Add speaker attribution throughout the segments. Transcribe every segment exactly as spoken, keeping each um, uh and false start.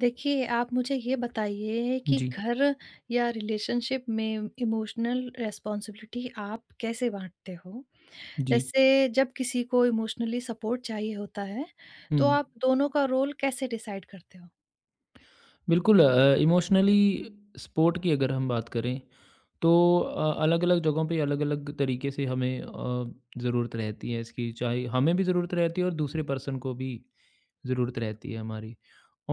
Speaker 1: देखिए, आप मुझे ये बताइए कि
Speaker 2: जी,
Speaker 1: घर या रिलेशनशिप में इमोशनल रिस्पॉन्सिबिलिटी आप कैसे बाँटते हो?
Speaker 2: जी।
Speaker 1: जैसे जब किसी को इमोशनली सपोर्ट चाहिए होता है,
Speaker 2: हुँ।
Speaker 1: तो आप दोनों का रोल कैसे डिसाइड करते हो?
Speaker 2: बिल्कुल अ, इमोशनली सपोर्ट की अगर हम बात करें, तो अ, अलग-अलग जगहों पे अलग-अलग तरीके से हमें अ, ज़रूरत रहती है इसकी। चाहे हमें भी ज़रूरत रहती है और दूसरे पर्सन को भी ज़रूरत रहती है हमारी।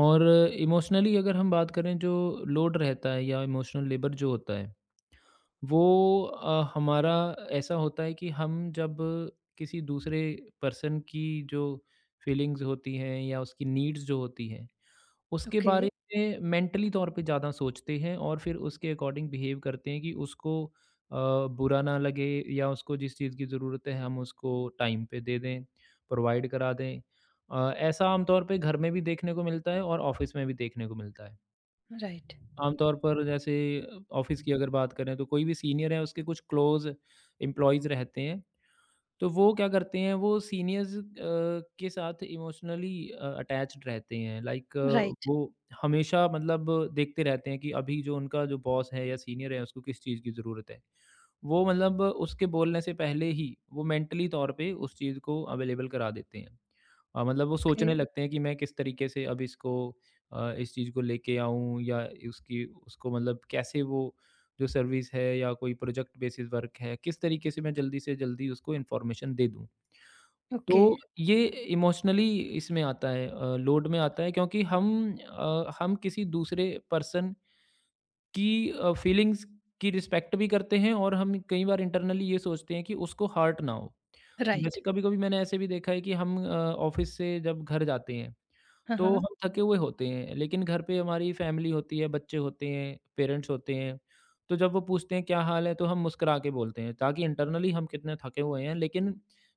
Speaker 2: और इमोशनली अगर हम बात करें जो लोड रहता है या इमोशनल लेबर जो होता है, वो अ, हमारा ऐसा होता है कि हम जब किसी दूसरे पर्सन की जो फीलिंग्स होती हैं या उसकी नीड्स जो होती हैं, उसके
Speaker 1: ओके,
Speaker 2: बारे में मेंटली तौर पे ज़्यादा सोचते हैं और फिर उसके अकॉर्डिंग बिहेव करते हैं कि उसको अ, बुरा ना लगे या उसको जिस चीज़ की ज़रूरत है हम उसको टाइम पे दे दें, प्रोवाइड करा दें। अ, ऐसा आमतौर पे घर में भी देखने को मिलता है और ऑफिस में भी देखने को मिलता है।
Speaker 1: राइट,
Speaker 2: आमतौर पर जैसे ऑफिस की अगर बात करें, तो कोई भी सीनियर है उसके कुछ क्लोज एम्प्लॉयज़ रहते हैं, तो वो क्या करते हैं, वो सीनियर्स अ, के साथ इमोशनली अटैच्ड रहते हैं। लाइक
Speaker 1: राइट,
Speaker 2: वो हमेशा, मतलब, देखते रहते हैं कि अभी जो उनका जो बॉस है या सीनियर है उसको किस चीज़ की ज़रूरत है, वो मतलब उसके बोलने से पहले ही वो मेंटली तौर पे उस चीज़ को अवेलेबल करा देते हैं। अ, मतलब वो
Speaker 1: ओके,
Speaker 2: सोचने हुँ। लगते हैं कि मैं किस तरीके से अब इसको अ, इस चीज़ को लेके आऊँ या उसकी उसको, मतलब, कैसे वो जो सर्विस है या कोई प्रोजेक्ट बेसिस वर्क है, किस तरीके से मैं जल्दी से जल्दी उसको इन्फॉर्मेशन दे दूँ। तो
Speaker 1: ओके,
Speaker 2: ये इमोशनली इसमें आता है, अ, लोड में आता है, क्योंकि हम अ, हम किसी दूसरे पर्सन कि अ, फीलिंग्स की रिस्पेक्ट भी करते हैं और हम कई बार इंटरनली ये सोचते हैं कि उसको हर्ट ना हो।
Speaker 1: राइट,
Speaker 2: जैसे कभी-कभी मैंने ऐसे भी देखा है कि हम अ, ऑफ़िस से जब घर जाते हैं,
Speaker 1: हाँ,
Speaker 2: तो
Speaker 1: हाँ,
Speaker 2: हम थके हुए होते हैं, लेकिन घर पे हमारी फैमिली होती है, बच्चे होते हैं, पेरेंट्स होते हैं, तो जब वो पूछते हैं क्या हाल है, तो हम मुस्कुरा के बोलते हैं, ताकि इंटरनली हम कितने थके हुए हैं, लेकिन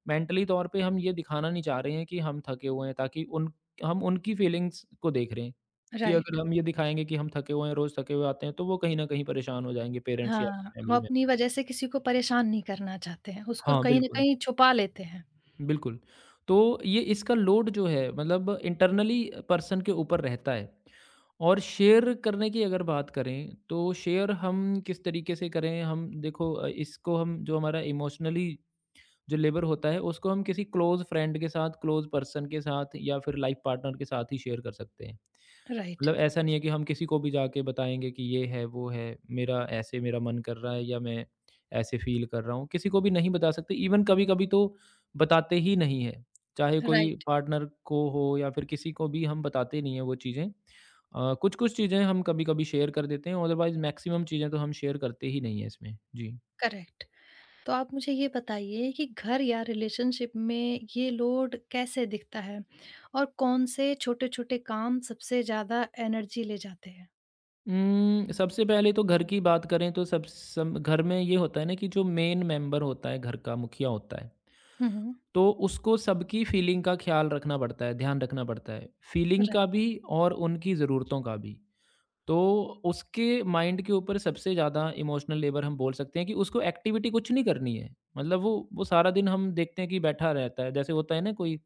Speaker 2: मेंटली तौर पे हम ये दिखाना नहीं चाह रहे हैं कि हम थके हुए हैं, ताकि उन, हम उनकी फीलिंग्स को देख रहे हैं, कि अगर
Speaker 1: राइट,
Speaker 2: हम ये दिखाएँगे कि हम थके हुए हैं, रोज़ थके हुए आते हैं, तो वो कहीं न कहीं परेशान हो जाएँगे, पेरेंट्स या
Speaker 1: हाँ, वो
Speaker 2: फैमिली
Speaker 1: अपनी
Speaker 2: मेंबर।
Speaker 1: वजह से किसी को परेशान नहीं करना चाहते हैं, उसको
Speaker 2: हाँ,
Speaker 1: कहीं न
Speaker 2: बिल्कुल।
Speaker 1: कहीं छुपा लेते हैं।
Speaker 2: बिल्कुल। तो ये इसका लोड जो है, मतलब, इंटरनली पर्सन के ऊपर रहता है। और शेयर करने की अगर बात करें, तो शेयर हम किस तरीके से करें? हम देखो, अ, इसको हम जो हमारा इमोशनली जो लेबर होता है, उसको हम किसी क्लोज़ फ्रेंड के साथ, क्लोज़ पर्सन के साथ या फिर लाइफ़ पार्टनर के साथ ही शेयर कर सकते हैं।
Speaker 1: राइट,
Speaker 2: मतलब ऐसा नहीं है कि हम किसी को भी जाके बताएँगे कि ये है, वो है, मेरा ऐसे मेरा मन कर रहा है या मैं ऐसे फ़ील कर रहा हूँ, किसी को भी नहीं बता सकते। इवन कभी-कभी तो बताते ही नहीं हैं, चाहे कोई
Speaker 1: राइट,
Speaker 2: पार्टनर को हो या फिर किसी को भी हम बताते नहीं हैं वो चीज़ें। अ, कुछ-कुछ चीज़ें हम कभी-कभी शेयर कर देते हैं, अदरवाइज़ मैक्सिमम चीज़ें तो हम शेयर करते ही नहीं हैं इसमें। जी।
Speaker 1: करेक्ट। तो आप मुझे ये बताइए कि घर या रिलेशनशिप में ये लोड कैसे दिखता है और कौन से छोटे-छोटे काम सबसे ज़्यादा एनर्जी ले जाते हैं?
Speaker 2: उम, सबसे पहले तो घर की बात करें तो सब सम घर में ये होता है ना कि जो मेन मेंबर होता है घर का, मुखिया होता है।
Speaker 1: हुँ, हुँ।
Speaker 2: तो उसको सबकी फीलिंग का ख्याल रखना पड़ता है, ध्यान रखना पड़ता है। फीलिंग का
Speaker 1: राइट।
Speaker 2: भी और उनकी ज़रूरतों का भी। तो उसके माइंड के ऊपर सबसे ज़्यादा इमोशनल लेबर, हम बोल सकते हैं कि उसको एक्टिविटी कुछ नहीं करनी है। मतलब वो वो सारा दिन हम देखते हैं कि बैठा रहता है। जैसे होता है ना, कोई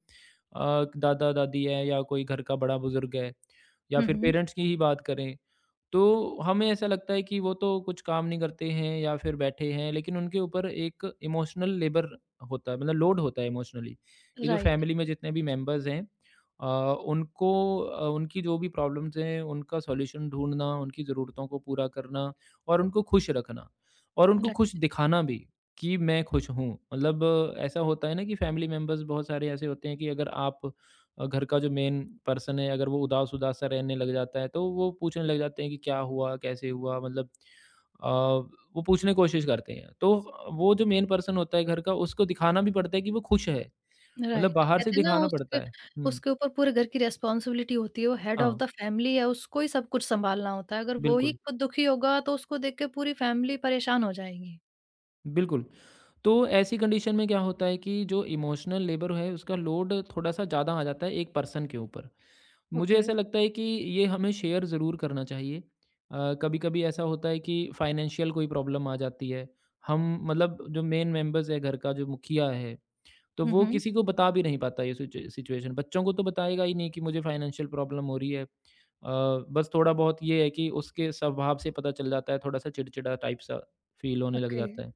Speaker 2: अ, दादा-दादी है या कोई घर का बड़ा बुज़ुर्ग है या
Speaker 1: हुँ,
Speaker 2: फिर
Speaker 1: हुँ।
Speaker 2: पेरेंट्स की ही बात करें, तो हमें ऐसा लगता है कि वो तो कुछ काम नहीं करते हैं या फिर बैठे हैं, लेकिन उनके ऊपर एक इमोशनल लेबर होता है, मतलब लोड होता है इमोशनली। ये जो
Speaker 1: राइट,
Speaker 2: फैमिली में जितने भी मेंबर्स हैं, अ, उनको, अ, उनकी जो भी प्रॉब्लम्स हैं उनका सॉल्यूशन ढूंढना, उनकी ज़रूरतों को पूरा करना, और उनको खुश रखना, और उनको खुश
Speaker 1: राइट,
Speaker 2: दिखाना भी कि मैं खुश हूँ, मतलब, अ, ऐसा होता है ना कि फैमिली मेंबर्स बहुत सारे ऐसे होते हैं कि अगर आप, अ, घर का जो मेन पर्सन है, अगर वो उदास-उदास सा रहने लग जाता है, तो वो पूछने लग जाते हैं कि क्या हुआ, कैसे हुआ, मतलब अ, वो पूछने की कोशिश करते हैं। तो वो जो मेन पर्सन होता है घर का, उसको दिखाना भी पड़ता है कि वो खुश है, मतलब
Speaker 1: राइट।
Speaker 2: बाहर से
Speaker 1: कहते हैं ना,
Speaker 2: दिखाना पड़ता
Speaker 1: उसके
Speaker 2: है। हुँ,
Speaker 1: उसके ऊपर पूरे घर की रिस्पॉन्सिबिलिटी होती है, वो हेड ऑफ़
Speaker 2: हाँ,
Speaker 1: द फैमिली है, उसको ही सब कुछ सँभालना होता है। अगर वो ही
Speaker 2: बिल्कुल।
Speaker 1: खुद दुखी होगा तो उसको देख के पूरी फैमिली परेशान हो जाएगी।
Speaker 2: बिल्कुल। तो ऐसी कंडीशन में क्या होता है कि जो इमोशनल लेबर है उसका लोड थोड़ा-सा ज़्यादा आ जाता है एक पर्सन के ऊपर। मुझे
Speaker 1: ओके।
Speaker 2: ऐसा लगता है कि ये हमें शेयर ज़रूर करना चाहिए। अ, कभी-कभी ऐसा होता है कि फाइनेंशियल कोई प्रॉब्लम आ जाती है। हम, मतलब, जो मेन मेंबर्स है घर का, जो मुखिया है, तो
Speaker 1: हुँ,
Speaker 2: वो
Speaker 1: हुँ।
Speaker 2: किसी को बता भी नहीं पाता ये सिचु सिचुएशन। बच्चों को तो बताएगा ही नहीं कि मुझे फाइनेंशियल प्रॉब्लम हो रही है। अ, बस थोड़ा बहुत ये है कि उसके स्वभाव से पता चल जाता है, थोड़ा-सा चिड़चिड़ा टाइप सा फ़ील होने लग
Speaker 1: ओके,
Speaker 2: जाता है।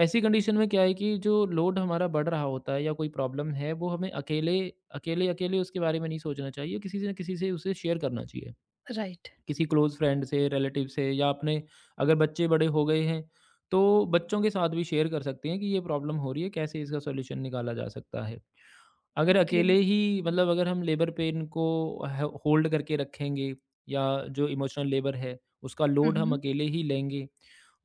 Speaker 2: ऐसी कंडीशन में क्या है कि जो लोड हमारा बढ़ रहा होता है या कोई प्रॉब्लम है, वो हमें अकेले अकेले-अकेले उसके बारे में नहीं सोचना चाहिए, किसी से ना किसी से उसे शेयर करना चाहिए।
Speaker 1: राइट।
Speaker 2: किसी क्लोज़ फ्रेंड से, रिलेटिव से, या अपने, अगर बच्चे बड़े हो गए हैं, तो बच्चों के साथ भी शेयर कर सकते हैं कि ये प्रॉब्लम हो रही है, कैसे इसका सॉल्यूशन निकाला जा सकता है। अगर
Speaker 1: ओके।
Speaker 2: अकेले ही, मतलब, अगर हम लेबर पेन को ह होल्ड करके रखेंगे, या जो इमोशनल लेबर है, उसका
Speaker 1: हुँ,
Speaker 2: लोड हम
Speaker 1: हुँ।
Speaker 2: अकेले ही लेंगे,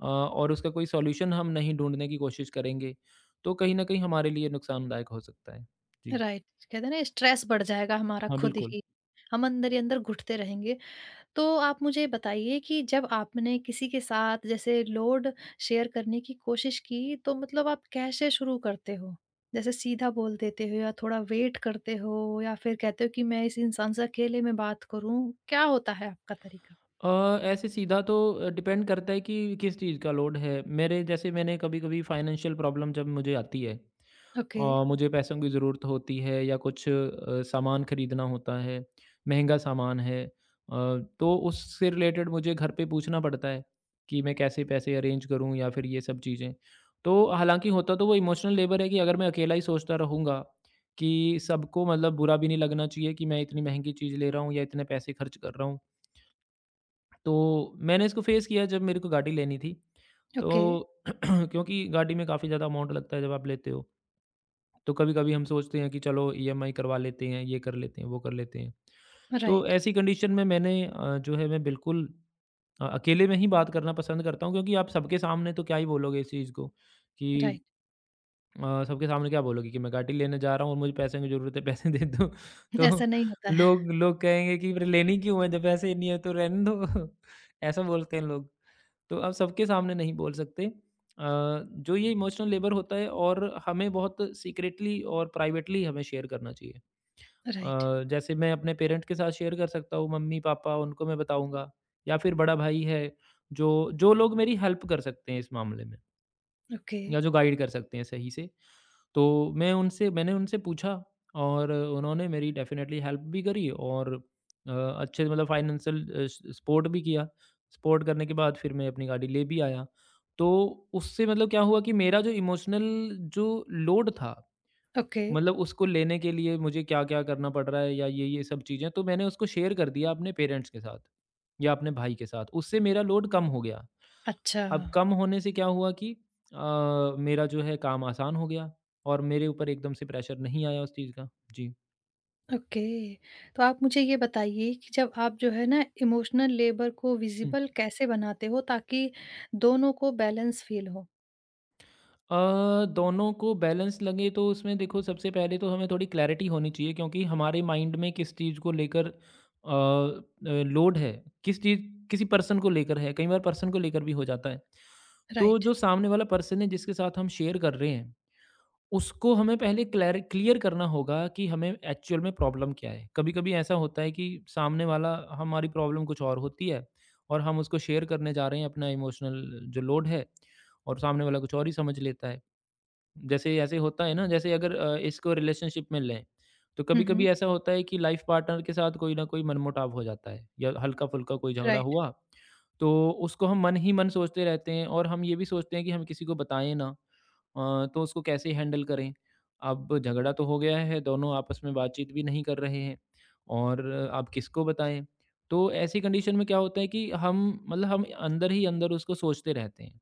Speaker 2: अ, और उसका कोई सॉल्यूशन हम नहीं ढूँढने की कोशिश करेंगे, तो कहीं न कहीं हमारे लिए नुकसानदायक हो सकता है। जी।
Speaker 1: राइट। कहते हैं ना, स्ट्रेस बढ़ जाएगा हमारा
Speaker 2: हाँ,
Speaker 1: खुद
Speaker 2: बिल्कुल।
Speaker 1: ही, हम अंदर ही अंदर घुटते रहेंगे। तो आप मुझे बताइए कि जब आपने किसी के साथ जैसे लोड शेयर करने की कोशिश की, तो मतलब आप कैसे शुरू करते हो? जैसे सीधा बोल देते हो या थोड़ा वेट करते हो या फिर कहते हो कि मैं इस इंसान से अकेले में बात करूं, क्या होता है आपका तरीका?
Speaker 2: अ, ऐसे सीधा तो अ, डिपेंड करता है कि किस चीज़ का लोड है। मेरे, जैसे मैंने कभी-कभी फाइनेंशियल प्रॉब्लम जब मुझे आती है
Speaker 1: ओके।
Speaker 2: और मुझे पैसों की ज़रूरत होती है या कुछ अ, सामान खरीदना होता है, महँगा सामान है, अ, तो उससे रिलेटेड मुझे घर पे पूछना पड़ता है कि मैं कैसे पैसे अरेंज करूँ या फिर ये सब चीज़ें। तो हालाँकि होता तो वो इमोशनल लेबर है कि अगर मैं अकेला ही सोचता रहूँगा कि सबको, मतलब, बुरा भी नहीं लगना चाहिए कि मैं इतनी महँगी चीज़ ले रहा हूँ या इतने पैसे खर्च कर रहा हूँ। तो मैंने इसको फेस किया जब मेरे को गाड़ी लेनी थी। तो
Speaker 1: ओके।
Speaker 2: क्योंकि गाड़ी में काफ़ी ज़्यादा अमाउंट लगता है जब आप लेते हो। तो कभी-कभी हम सोचते हैं कि चलो ईएमआई करवा लेते हैं, ये कर लेते हैं, वो कर लेते हैं। तो
Speaker 1: राइट।
Speaker 2: ऐसी कंडीशन में मैंने, अ, जो है, मैं बिल्कुल अ, अकेले में ही बात करना पसंद करता हूँ, क्योंकि आप सबके सामने तो क्या ही बोलोगे इस चीज़ को कि,
Speaker 1: राइट।
Speaker 2: अ, सबके सामने क्या बोलोगे कि मैं गाड़ी लेने जा रहा हूँ और मुझे पैसे की ज़रूरत है, पैसे दे दो। तो
Speaker 1: ऐसा नहीं होता है।
Speaker 2: लोग लोग कहेंगे कि फिर लेनी क्यों है जब पैसे ही नहीं है, तो रहने दो। ऐसा बोलते हैं लोग। तो आप सबके सामने नहीं बोल सकते। अ, जो ये इमोशनल लेबर होता है, और हमें बहुत सीक्रेटली और प्राइवेटली हमें शेयर करना चाहिए।
Speaker 1: राइट।
Speaker 2: अ, जैसे मैं अपने पेरेंट के साथ शेयर कर सकता हूँ, मम्मी-पापा, उनको मैं बताऊँगा, या फिर बड़ा भाई है, जो जो लोग मेरी हेल्प कर सकते हैं इस मामले में।
Speaker 1: ओके।
Speaker 2: या जो गाइड कर सकते हैं सही से। तो मैं उनसे मैंने उनसे पूछा, और उन्होंने मेरी डेफ़िनेटली हेल्प भी करी, और अ, अच्छे से, मतलब फ़ाइनेंशियल अ, स सपोर्ट भी किया। सपोर्ट करने के बाद फिर मैं अपनी गाड़ी ले भी आया। तो उससे, मतलब, क्या हुआ कि मेरा जो इमोशनल जो लोड था,
Speaker 1: ओके।
Speaker 2: मतलब उसको लेने के लिए मुझे क्या-क्या करना पड़ रहा है या ये-ये सब चीज़ें, तो मैंने उसको शेयर कर दिया अपने पेरेंट्स के साथ या अपने भाई के साथ। उससे मेरा लोड कम हो गया।
Speaker 1: अच्छा।
Speaker 2: अब कम होने से क्या हुआ कि अ, मेरा जो है काम आसान हो गया, और मेरे ऊपर एकदम से प्रेशर नहीं आया उस चीज़ का। जी।
Speaker 1: ओके। तो आप मुझे ये बताइए कि जब आप, जो है ना, इमोशनल लेबर को विज़िबल कैसे बनाते हो ताकि दोनों को बैलेंस फ़ील हो?
Speaker 2: अ, दोनों को बैलेंस लगे, तो उसमें देखो, सबसे पहले तो हमें थोड़ी क्लैरिटी होनी चाहिए, क्योंकि हमारे माइंड में किस चीज़ को लेकर अ, अ, लोड है, किस चीज़, किसी पर्सन को लेकर है, कई बार पर्सन को लेकर भी हो जाता है। तो
Speaker 1: राइट।
Speaker 2: जो सामने वाला पर्सन है जिसके साथ हम शेयर कर रहे हैं, उसको हमें पहले क्लियर क्लियर करना होगा कि हमें एक्चुअल में प्रॉब्लम क्या है। कभी कभी ऐसा होता है कि सामने वाला, हमारी प्रॉब्लम कुछ और होती है और हम उसको शेयर करने जा रहे हैं अपना इमोशनल जो लोड है और सामने वाला कुछ और ही समझ लेता है। जैसे ऐसे होता है ना, जैसे अगर अ, इसको रिलेशनशिप में लें तो
Speaker 1: हुँ,
Speaker 2: कभी-कभी
Speaker 1: हुँ।
Speaker 2: ऐसा होता है कि लाइफ पार्टनर के साथ कोई ना कोई मनमुटाव हो जाता है या हल्का-फुल्का कोई झगड़ा
Speaker 1: राइट,
Speaker 2: हुआ। तो उसको हम मन ही मन सोचते रहते हैं और हम ये भी सोचते हैं कि हम किसी को बताएं ना, अ, तो उसको कैसे हैंडल करें। अब झगड़ा तो हो गया है, दोनों आपस में बातचीत भी नहीं कर रहे हैं और आप किसको बताएं। तो ऐसी कंडीशन में क्या होता है कि हम मतलब हम अंदर ही अंदर उसको सोचते रहते हैं।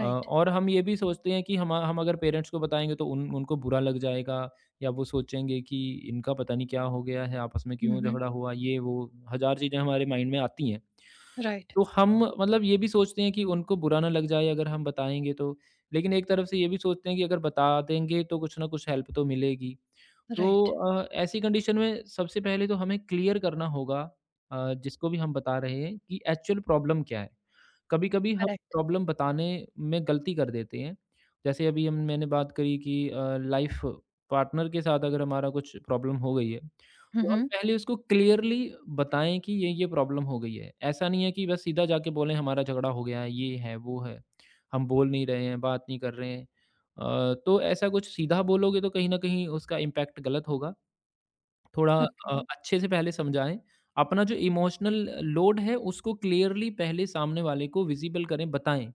Speaker 2: अ, और हम ये भी सोचते हैं कि हम हम अगर पेरेंट्स को बताएँगे तो उन उनको बुरा लग जाएगा। या वो सोचेंगे कि इनका पता नहीं क्या हो गया है, आपस में
Speaker 1: हुँ,
Speaker 2: क्यों
Speaker 1: हुँ।
Speaker 2: झगड़ा हुआ, ये वो हज़ार चीज़ें हमारे माइंड में आती हैं।
Speaker 1: राइट,
Speaker 2: तो हम मतलब ये भी सोचते हैं कि उनको बुरा ना लग जाए अगर हम बताएँगे तो। लेकिन एक तरफ से ये भी सोचते हैं कि अगर बता देंगे तो कुछ ना कुछ हेल्प तो मिलेगी। तो
Speaker 1: राइट।
Speaker 2: अ, ऐसी कंडीशन में सबसे पहले तो हमें क्लियर करना होगा अ, जिसको भी हम बता रहे हैं कि एक्चुअल प्रॉब्लम क्या है। कभी-कभी हम
Speaker 1: करेक्ट।
Speaker 2: प्रॉब्लम बताने में गलती कर देते हैं। जैसे अभी हम मैंने बात करी कि अ, लाइफ पार्टनर के साथ अगर हमारा कुछ प्रॉब्लम हो गई है,
Speaker 1: हुँ,
Speaker 2: तो हम
Speaker 1: हुँ।
Speaker 2: पहले उसको क्लियरली बताएँ कि ये, ये प्रॉब्लम हो गई है। ऐसा नहीं है कि बस सीधा जाके बोलें हमारा झगड़ा हो गया है, ये है, वो है। हम बोल नहीं रहे हैं, बात नहीं कर रहे हैं। अ, तो ऐसा कुछ सीधा बोलोगे तो कहीं न कहीं उसका इम्पैक्ट गलत होगा। थोड़ा
Speaker 1: ओके।
Speaker 2: अ, अच्छे से पहले समझाएँ। अपना जो इमोशनल लोड है उसको क्लियरली पहले सामने वाले को विज़िबल करें, बताएँ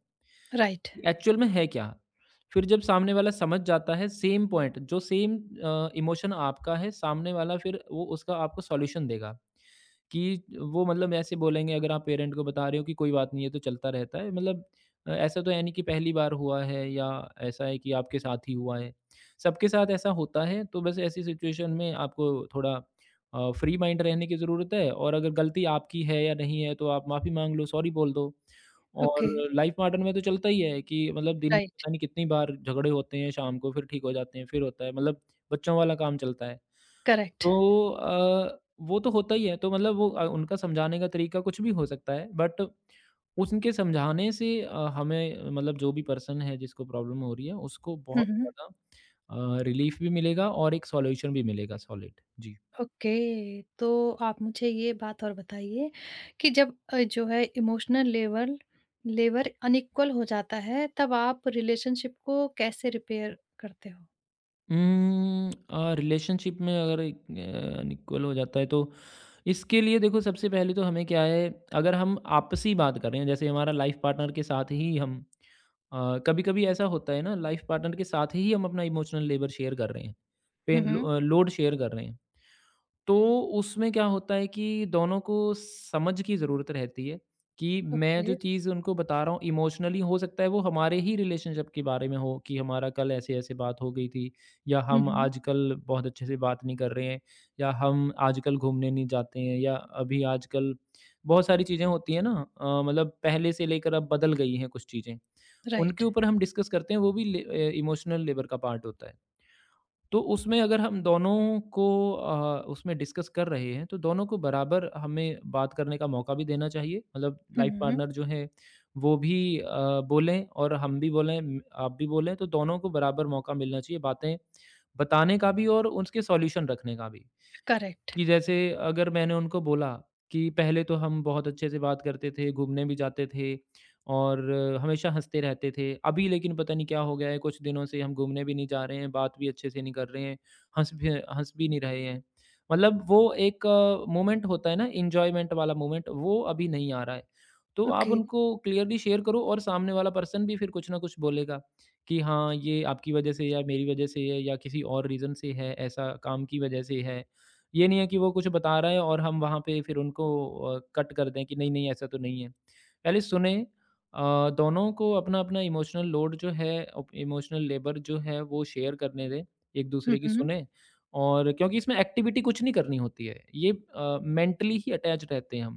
Speaker 1: राइट।
Speaker 2: कि एक्चुअल में है क्या? फिर जब सामने वाला समझ जाता है सेम पॉइंट जो सेम अ, इमोशन आपका है, सामने वाला फिर वो उसका आपको सॉल्यूशन देगा। कि वो मतलब ऐसे बोलेंगे अगर आप पेरेंट को बता रहे हो कि कोई बात नहीं है, ये तो चलता रहता है। मतलब अ, ऐसा तो है नहीं कि पहली बार हुआ है या ऐसा है कि आपके साथ ही हुआ है। सबके साथ ऐसा होता है, तो बस ऐसी सिचुएशन में आपको थोड़ा अ, फ्री माइंड रहने की ज़रूरत है और अगर गलती आपकी है या नहीं है, तो आप माफ़ी माँग लो, सॉरी बोल दो। और
Speaker 1: ओके।
Speaker 2: लाइफ़ पार्टनर में तो चलता ही है कि मतलब दिन में
Speaker 1: राइट,
Speaker 2: पता नहीं कितनी बार झगड़े होते हैं, शाम को फिर ठीक हो जाते हैं, फिर होता है। मतलब बच्चों वाला काम चलता है।
Speaker 1: करेक्ट।
Speaker 2: तो अ, वो तो होता ही है, तो मतलब वो अ, उनका समझाने का तरीका कुछ भी हो सकता है, बट उनके समझाने से अ, हमें मतलब जो भी पर्सन है जिसको प्रॉब्लम हो रही है, उसको
Speaker 1: हुँ,
Speaker 2: बहुत
Speaker 1: हुँ।
Speaker 2: ज़्यादा अ, रिलीफ़ भी मिलेगा और एक सॉल्यूशन भी मिलेगा सॉलिड। जी।
Speaker 1: ओके। तो आप मुझे ये बात और बताइए कि जब अ, जो है, इमोशनल लेवल लेवर अनइक्वल हो जाता है, तब आप रिलेशनशिप को कैसे रिपेयर करते हो?
Speaker 2: उम्म, अ, रिलेशनशिप में अगर एक अ, अनइक्वल हो जाता है तो इसके लिए देखो सबसे पहले तो हमें क्या है, अगर हम आपसी बात कर रहे हैं, जैसे हमारा लाइफ़ पार्टनर के साथ ही हम कभी कभी ऐसा होता है ना लाइफ पार्टनर के साथ ही हम अपना इमोशनल लेबर शेयर कर रहे हैं,
Speaker 1: हुँ,
Speaker 2: पेन
Speaker 1: हुँ।
Speaker 2: लोड शेयर कर रहे हैं। तो उसमें क्या होता है कि दोनों को समझ की ज़रूरत रहती है कि मैं जो
Speaker 1: ओके।
Speaker 2: चीज़ उनको बता रहा हूँ इमोशनली हो सकता है वो हमारे ही रिलेशनशिप के बारे में हो कि हमारा कल ऐसे ऐसे बात हो गई थी, या
Speaker 1: हुँ,
Speaker 2: हम
Speaker 1: हुँ।
Speaker 2: आजकल बहुत अच्छे से बात नहीं कर रहे हैं, या हम आजकल घूमने नहीं जाते हैं, या अभी आजकल बहुत सारी चीज़ें होती हैं ना, अ, मतलब पहले से लेकर अब बदल गई हैं कुछ चीज़ें। उनके
Speaker 1: राइट।
Speaker 2: ऊपर हम डिस्कस करते हैं, वो भी ले अ, इमोशनल लेबर का पार्ट होता है। तो उसमें अगर हम दोनों को अ, उसमें डिस्कस कर रहे हैं तो दोनों को बराबर हमें बात करने का मौका भी देना चाहिए। मतलब
Speaker 1: हुँ,
Speaker 2: लाइफ
Speaker 1: हुँ।
Speaker 2: पार्टनर जो है वो भी अ, बोलें और हम भी बोलें, म आप भी बोलें, तो दोनों को बराबर मौका मिलना चाहिए बातें बताने का भी और उसके सॉल्यूशन रखने का भी।
Speaker 1: करेक्ट।
Speaker 2: कि जैसे अगर मैंने उनको बोला कि पहले तो हम बहुत अच्छे से बात करते थे, घूमने भी जाते थे और हमेशा हँसते रहते थे। अभी लेकिन पता नहीं क्या हो गया है, कुछ दिनों से हम घूमने भी नहीं जा रहे हैं, बात भी अच्छे से नहीं कर रहे हैं, हँस भी हँस भी नहीं रहे हैं। मतलब वो एक मोमेंट होता है ना एन्जॉयमेंट वाला मोमेंट, वो अभी नहीं आ रहा है। तो आप
Speaker 1: ओके।
Speaker 2: उनको क्लियरली शेयर करो और सामने वाला पर्सन भी फिर कुछ ना कुछ बोलेगा कि हाँ, ये आपकी वजह से या मेरी वजह से है या किसी और रीज़न से है, ऐसा काम की वजह से है। ये नहीं है कि वो कुछ बता रहा है और हम वहाँ पे फिर उनको अ, कट कर दें कि नहीं नहीं ऐसा तो नहीं है। पहले सुने, अ, दोनों को अपना-अपना इमोशनल लोड जो है अप इमोशनल लेबर जो है वो शेयर करने दें,
Speaker 1: हुँ,
Speaker 2: एक-दूसरे की
Speaker 1: हुँ।
Speaker 2: सुने। और क्योंकि इसमें एक्टिविटी कुछ नहीं करनी होती है। ये अ, मेंटली ही अटैच रहते हैं हम।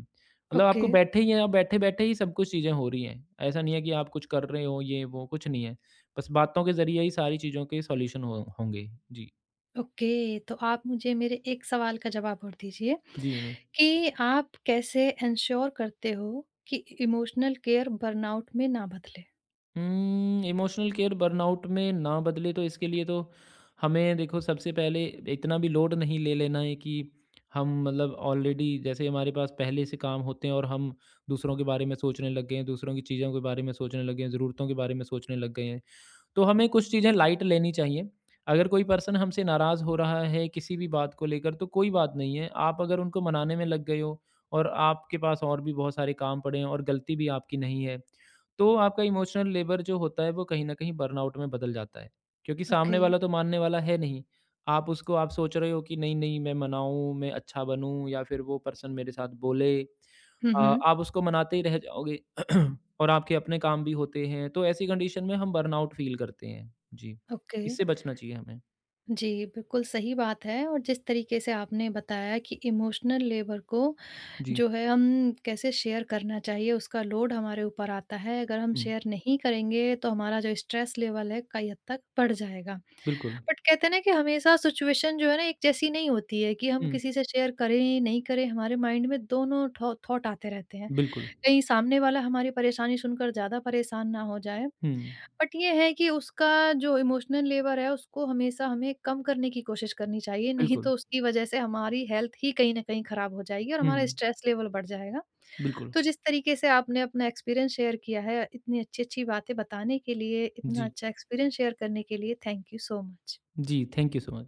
Speaker 2: मतलब
Speaker 1: ओके।
Speaker 2: आपको बैठे ही हैं आप बैठे-बैठे ही सब कुछ चीज़ें हो रही हैं। ऐसा नहीं है कि आप कुछ कर रहे हो ये वो कुछ नहीं है। बस बातों के ज़रिए ही सारी चीज़ों के सॉल्यूशन हो होंगे। जी।
Speaker 1: ओके, तो आप मुझे मेरे एक सवाल का जवाब और दीजिए
Speaker 2: जी, ज़रूर।
Speaker 1: कि आप कैसे एन्श्योर करते हो कि इमोशनल केयर बर्नआउट में ना बदले?
Speaker 2: इमोशनल केयर बर्नआउट में ना बदले तो इसके लिए तो हमें देखो सबसे पहले इतना भी लोड नहीं ले लेना है कि हम मतलब ऑलरेडी जैसे हमारे पास पहले से काम होते हैं और हम दूसरों के बारे में सोचने लग गए हैं, दूसरों की चीज़ों के बारे में सोचने लग गए हैं, ज़रूरतों के बारे में सोचने लग गए हैं, तो हमें कुछ चीज़ें लाइट लेनी चाहिए। अगर कोई पर्सन हमसे नाराज़ हो रहा है किसी भी बात को लेकर तो कोई बात नहीं है। आप अगर उनको मनाने में लग गए हो और आपके पास और भी बहुत सारे काम पड़े हैं और गलती भी आपकी नहीं है, तो आपका इमोशनल लेबर जो होता है वो कहीं न कहीं बर्नआउट में बदल जाता है। क्योंकि
Speaker 1: ओके।
Speaker 2: सामने वाला तो मानने वाला है नहीं। आप उसको आप सोच रहे हो कि नहीं-नहीं मैं मनाऊँ, मैं अच्छा बनूँ या फिर वो पर्सन मेरे साथ बोले।
Speaker 1: हुँ,
Speaker 2: अ,
Speaker 1: हुँ।
Speaker 2: आप उसको मनाते ही रह जाओगे। और आपके अपने काम भी होते हैं, तो ऐसी कंडीशन में हम बर्नआउट फ़ील करते हैं। जी,
Speaker 1: ओके।
Speaker 2: इससे बचना चाहिए हमें।
Speaker 1: जी, बिल्कुल सही बात है। और जिस तरीके से आपने बताया कि इमोशनल लेबर को,
Speaker 2: जी,
Speaker 1: जो है, हम कैसे शेयर करना चाहिए, उसका लोड हमारे ऊपर आता है। अगर हम
Speaker 2: हुँ,
Speaker 1: शेयर नहीं करेंगे, तो हमारा जो स्ट्रेस लेवल है कई हद तक बढ़ जाएगा।
Speaker 2: बिल्कुल।
Speaker 1: बट कहते हैं ना कि हमेशा सिचुएशन, जो है ना, एक जैसी नहीं होती है कि हम
Speaker 2: हुँ,
Speaker 1: किसी से शेयर करें, नहीं करें, हमारे माइंड में दोनों थॉ थॉट आते रहते हैं।
Speaker 2: बिल्कुल।
Speaker 1: कहीं सामने वाला हमारी परेशानी सुनकर ज़्यादा परेशान ना हो जाए।
Speaker 2: हुँ,
Speaker 1: बट ये है कि उसका जो इमोशनल लेवर है, उसको हमेशा हमें कम करने की कोशिश करनी चाहिए, नहीं
Speaker 2: बिल्कुल।
Speaker 1: तो उसकी वजह से हमारी हेल्थ ही कहीं न कहीं खराब हो जाएगी और
Speaker 2: हुँ,
Speaker 1: हमारा स्ट्रेस लेवल बढ़ जाएगा।
Speaker 2: बिल्कुल।
Speaker 1: तो जिस तरीके से आपने अपना एक्सपीरियंस शेयर किया है, इतनी अच्छी-अच्छी बातें बताने के लिए, इतना
Speaker 2: जी,
Speaker 1: अच्छा एक्सपीरियंस शेयर करने के लिए, थैंक यू सो मच।
Speaker 2: जी, थैंक यू सो मच।